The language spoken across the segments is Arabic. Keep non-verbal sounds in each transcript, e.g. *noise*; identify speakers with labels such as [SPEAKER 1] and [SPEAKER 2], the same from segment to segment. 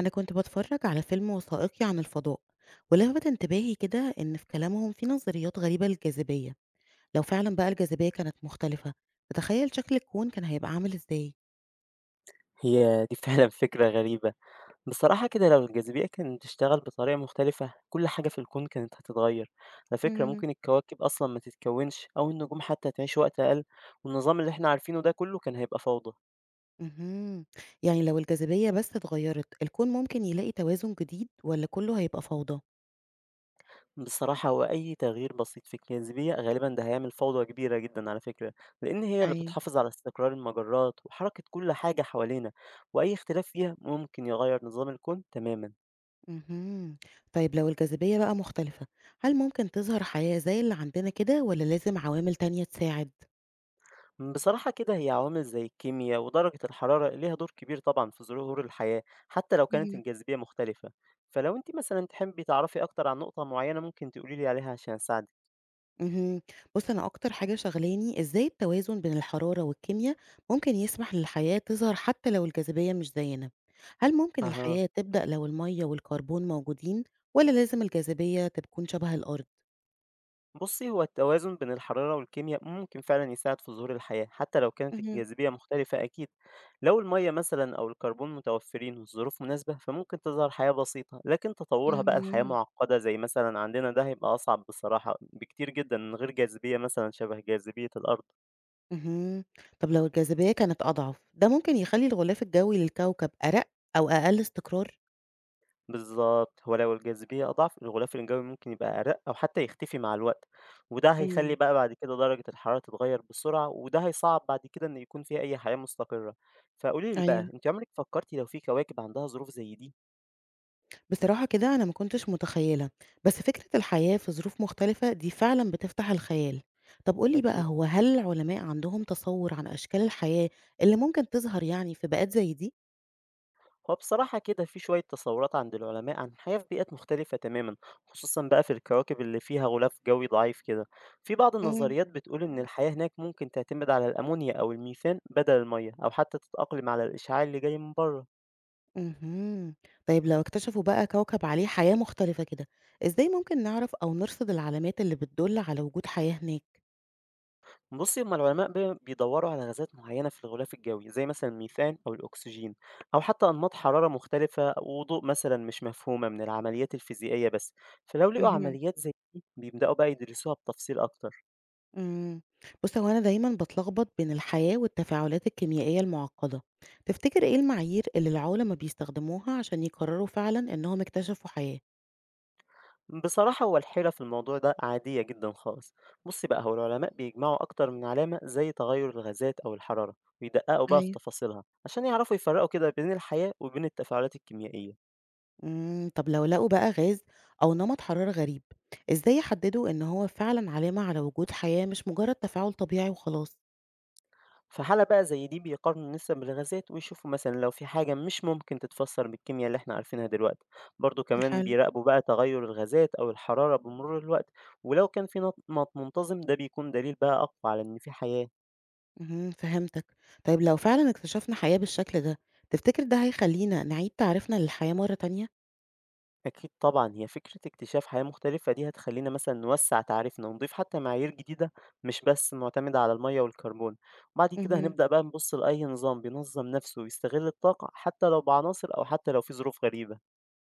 [SPEAKER 1] أنا كنت بتفرج على فيلم وثائقي عن الفضاء، ولفت انتباهي كده إن في كلامهم في نظريات غريبة للجاذبية. لو فعلا بقى الجاذبية كانت مختلفة، تتخيل شكل الكون كان هيبقى عامل إزاي؟
[SPEAKER 2] هي دي فعلًا *laughs* فكرة غريبة. بصراحة كده لو الجاذبية كانت تشتغل بطريقة مختلفة، كل حاجة في الكون كانت هتتغير. على فكرة
[SPEAKER 1] مم.
[SPEAKER 2] ممكن الكواكب أصلًا ما تتكوِّنش أو النجوم حتى تعيش وقت أقل، والنظام اللي إحنا عارفينه ده كله كان هيبقى فوضى.
[SPEAKER 1] مهم. يعني لو الجاذبية بس اتغيرت الكون ممكن يلاقي توازن جديد ولا كله هيبقى فوضى؟
[SPEAKER 2] بصراحة هو أي تغيير بسيط في الجاذبية غالبًا ده هيعمل فوضى كبيرة جدًا على فكرة، لأن هي اللي
[SPEAKER 1] أيوة.
[SPEAKER 2] بتحافظ على استقرار المجرات وحركة كل حاجة حوالينا، وأي اختلاف فيها ممكن يغير نظام الكون تمامًا.
[SPEAKER 1] مهم. طيب لو الجاذبية بقى مختلفة، هل ممكن تظهر حياة زي اللي عندنا كده ولا لازم عوامل تانية تساعد؟
[SPEAKER 2] بصراحة كده هي عوامل زي الكيمياء ودرجة الحرارة ليها دور كبير طبعا في ظهور الحياة حتى لو كانت الجاذبية مختلفة. فلو انت مثلا تحبي تعرفي أكتر عن نقطة معينة ممكن تقوليلي عليها عشان أساعدك.
[SPEAKER 1] اهم. بُص، أنا أكتر حاجة شاغلاني إزاي التوازن بين الحرارة والكيميا ممكن يسمح للحياة تظهر حتى لو الجاذبية مش زينا؟ هل ممكن
[SPEAKER 2] أها.
[SPEAKER 1] الحياة تبدأ لو المَيّة والكربون موجودين ولا لازم الجاذبية تكون شبه الأرض؟
[SPEAKER 2] بصي، هو التوازن بين الحرارة والكيمياء ممكن فعلا يساعد في ظهور الحياة حتى لو كانت
[SPEAKER 1] اهم،
[SPEAKER 2] الجاذبية مختلفة أكيد. لو المية مثلا أو الكربون متوفرين والظروف مناسبة فممكن تظهر حياة بسيطة، لكن تطورها بقى الحياة
[SPEAKER 1] اهم.
[SPEAKER 2] معقدة زي مثلا عندنا ده هيبقى أصعب بصراحة بكتير جدا من غير جاذبية مثلا شبه جاذبية الأرض.
[SPEAKER 1] اهم. طب لو الجاذبية كانت أضعف، ده ممكن يخلّي الغلاف الجوي للكوكب أرَق أو أقل استقرار؟
[SPEAKER 2] بالظبط، هو لو الجاذبية أضعف الغلاف الجوي ممكن يبقى أرق أو حتى يختفي مع الوقت، وده هيخلي
[SPEAKER 1] إمم،
[SPEAKER 2] بقى بعد كده درجة الحرارة تتغير بسرعة، وده هيصعب بعد كده إن يكون فيها أي حياة مستقرة. فقولي لي بقى
[SPEAKER 1] أيوه.
[SPEAKER 2] أنت عمرك فكرتي لو في كواكب عندها ظروف زي دي؟
[SPEAKER 1] بصراحة كده أنا ما كنتش متخيلة، بس فكرة الحياة في ظروف مختلفة دي فعلا بتفتح الخيال. طب قولي بقى،
[SPEAKER 2] أكيد.
[SPEAKER 1] هو هل العلماء عندهم تصور عن أشكال الحياة اللي ممكن تظهر يعني في بيئات زي دي؟
[SPEAKER 2] هو بصراحة كده في شوية تصورات عند العلماء عن حياة في بيئات مختلفة تماما، خصوصا بقى في الكواكب اللي فيها غلاف جوي ضعيف كده. في بعض
[SPEAKER 1] مم.
[SPEAKER 2] النظريات بتقول إن الحياة هناك ممكن تعتمد على الأمونيا أو الميثان بدل المية، أو حتى تتأقلم على الإشعاع اللي جاي من بره.
[SPEAKER 1] مهم. طيب لو اكتشفوا بقى كوكب عليه حياة مختلفة كده، إزاي ممكن نعرف أو نرصد العلامات اللي بتدل على وجود حياة
[SPEAKER 2] بُصّي، هُم العلماء بيدوّروا على غازات معيّنة في الغلاف الجوي، زي مثلًا الميثان أو الأكسجين، أو حتى أنماط حرارة مختلفة وضوء مثلًا مش مفهومة من العمليات الفيزيائية بس، فلو لقوا
[SPEAKER 1] هناك؟
[SPEAKER 2] عمليات زي دي بيبدأوا بقى يدرسوها بتفصيل أكتر.
[SPEAKER 1] إمم. بُص، هو أنا دايمًا باتلخبط بين الحياة والتفاعلات الكيميائية المُعقّدة. تفتكر إيه المعايير اللي العُلما بيستخدموها عشان يقرروا فعلًا إنهم اكتشفوا حياة؟
[SPEAKER 2] بصراحة هو الحيرة في الموضوع ده عادية جدًا خالص. بُصّي بقى، هو العلماء بيجمعوا أكتر من علامة زي تغيُّر الغازات أو الحرارة، ويدققوا بقى في
[SPEAKER 1] أيوه.
[SPEAKER 2] تفاصيلها عشان يعرفوا يفرّقوا كده بين الحياة وبين التفاعلات الكيميائية.
[SPEAKER 1] طب لو لقوا بقى غاز أو نمط حرارة غريب، إزاي يحددوا إن هو فعلًا علامة على وجود حياة مش مجرد تفاعل طبيعي وخلاص؟
[SPEAKER 2] في حالة بقى زي دي بيقارنوا نسب الغازات ويشوفوا مثلا لو في حاجة مش ممكن تتفسر بالكيمياء اللي احنا عارفينها دلوقتي. برضو كمان
[SPEAKER 1] حلو.
[SPEAKER 2] بيراقبوا بقى تغير الغازات أو الحرارة بمرور الوقت، ولو كان في نمط منتظم ده بيكون دليل بقى أقوى على إن في حياة.
[SPEAKER 1] اهم، فهمتك. طيب لو فعلًا اكتشفنا حياة بالشكل ده، تفتكر ده هيخلّينا نعيد تعريفنا للحياة مرّة تانية؟
[SPEAKER 2] أكيد طبعا، هي فكرة اكتشاف حياة مختلفة دي هتخلينا مثلا نوسع تعريفنا ونضيف حتى معايير جديدة، مش بس معتمدة على المية والكربون. وبعد كده
[SPEAKER 1] اهم.
[SPEAKER 2] هنبدأ بقى نبص لأي نظام بينظم نفسه ويستغل الطاقة حتى لو بعناصر أو حتى لو في ظروف غريبة.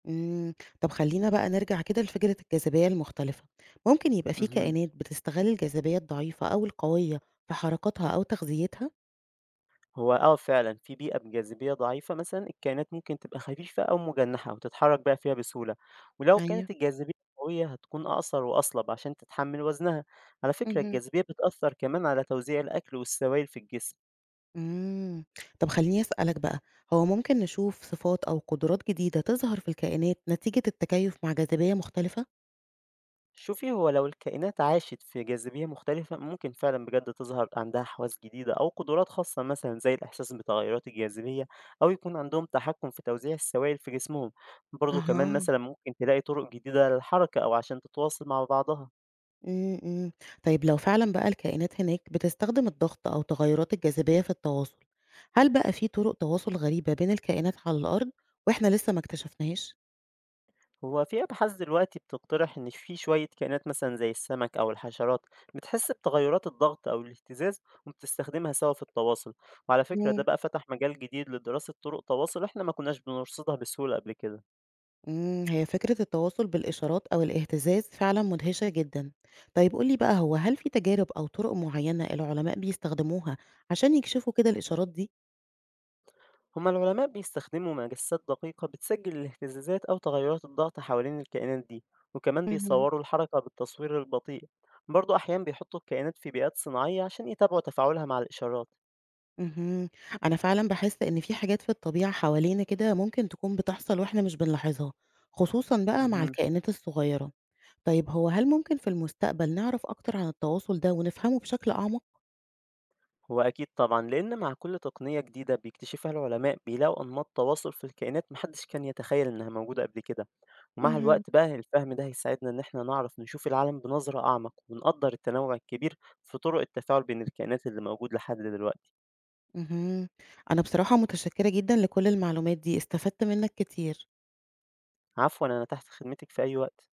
[SPEAKER 1] إمم، طب خلّينا بقى نرجع كده لفكرة الجاذبية المختلفة، ممكن يبقى في
[SPEAKER 2] مهم.
[SPEAKER 1] كائنات بتستغل الجاذبية الضعيفة أو القوية في حركاتها أو تغذيتها؟
[SPEAKER 2] هو آه فعلًا، في بيئة بجاذبية ضعيفة مثلًا الكائنات ممكن تبقى خفيفة أو مجنحة وتتحرك بقى فيها بسهولة، ولو كانت
[SPEAKER 1] أيوه،
[SPEAKER 2] الجاذبية قوية هتكون أقصر وأصلب عشان تتحمل وزنها. على فكرة
[SPEAKER 1] اهم.
[SPEAKER 2] الجاذبية بتأثر كمان على توزيع الأكل والسوائل في الجسم.
[SPEAKER 1] إمم، طب خلّيني أسألك بقى، هو ممكن نشوف صفات أو قدرات جديدة تظهر في الكائنات نتيجة التكيف مع جاذبية مختلفة؟
[SPEAKER 2] شوفي، هو لو الكائنات عاشت في جاذبية مختلفة ممكن فعلًا بجد تظهر عندها حواس جديدة أو قدرات خاصة مثلًا زي الإحساس بتغيرات الجاذبية، أو يكون عندهم تحكم في توزيع السوائل في جسمهم. برضه كمان
[SPEAKER 1] أها.
[SPEAKER 2] مثلًا ممكن تلاقي طرق جديدة للحركة أو عشان تتواصل مع بعضها.
[SPEAKER 1] إمم، إمم، طيب لو فعلًا بقى الكائنات هناك بتستخدم الضغط أو تغيرات الجاذبية في التواصل، هل بقى في طرق تواصل غريبة بين الكائنات على الأرض وإحنا لسه ما اكتشفناهاش؟
[SPEAKER 2] هو في أبحاث دلوقتي بتقترح إن في شوية كائنات مثلا زي السمك أو الحشرات بتحس بتغيرات الضغط أو الاهتزاز وبتستخدمها سوا في التواصل، وعلى فكرة ده
[SPEAKER 1] إمم،
[SPEAKER 2] بقى فتح مجال جديد لدراسة طرق تواصل إحنا ما كناش بنرصدها بسهولة قبل كده.
[SPEAKER 1] إمم، هي فكرة التواصل بالإشارات أو الاهتزاز فعلًا مدهشة جدًا. طيب قُل لي بقى، هو هل في تجارب أو طرق معيّنة العلماء بيستخدموها عشان يكشفوا كده الإشارات دي؟
[SPEAKER 2] هما العلماء بيستخدموا مجسات دقيقة بتسجل الاهتزازات أو تغيرات الضغط حوالين الكائنات دي، وكمان
[SPEAKER 1] اهم.
[SPEAKER 2] بيصوروا الحركة بالتصوير البطيء. برضه أحيانا بيحطوا الكائنات في بيئات صناعية عشان يتابعوا تفاعلها مع الإشارات.
[SPEAKER 1] اهم، أنا فعلًا باحس إن في حاجات في الطبيعة حوالينا كده ممكن تكون بتحصل وإحنا مش بنلاحظها، خصوصًا بقى مع
[SPEAKER 2] مهم.
[SPEAKER 1] الكائنات الصغيرة. طيب هو هل ممكن في المستقبل نعرف أكتر عن التواصل ده ونفهمه بشكل أعمق؟
[SPEAKER 2] هو أكيد طبعًا، لأن مع كل تقنية جديدة بيكتشفها العلماء بيلاقوا أنماط تواصل في الكائنات ما حدش كان يتخيل إنها موجودة قبل كده، ومع
[SPEAKER 1] اهم.
[SPEAKER 2] الوقت بقى الفهم ده هيساعدنا إن إحنا نعرف نشوف العالم بنظرة أعمق، ونقدر التنوع الكبير في طرق التفاعل بين الكائنات اللي موجود لحد دلوقتي.
[SPEAKER 1] اهم، أنا بصراحة متشكرة جدًا لكل المعلومات دي، استفدت منك كتير.
[SPEAKER 2] عفوًا، أنا تحت خدمتك في أي وقت.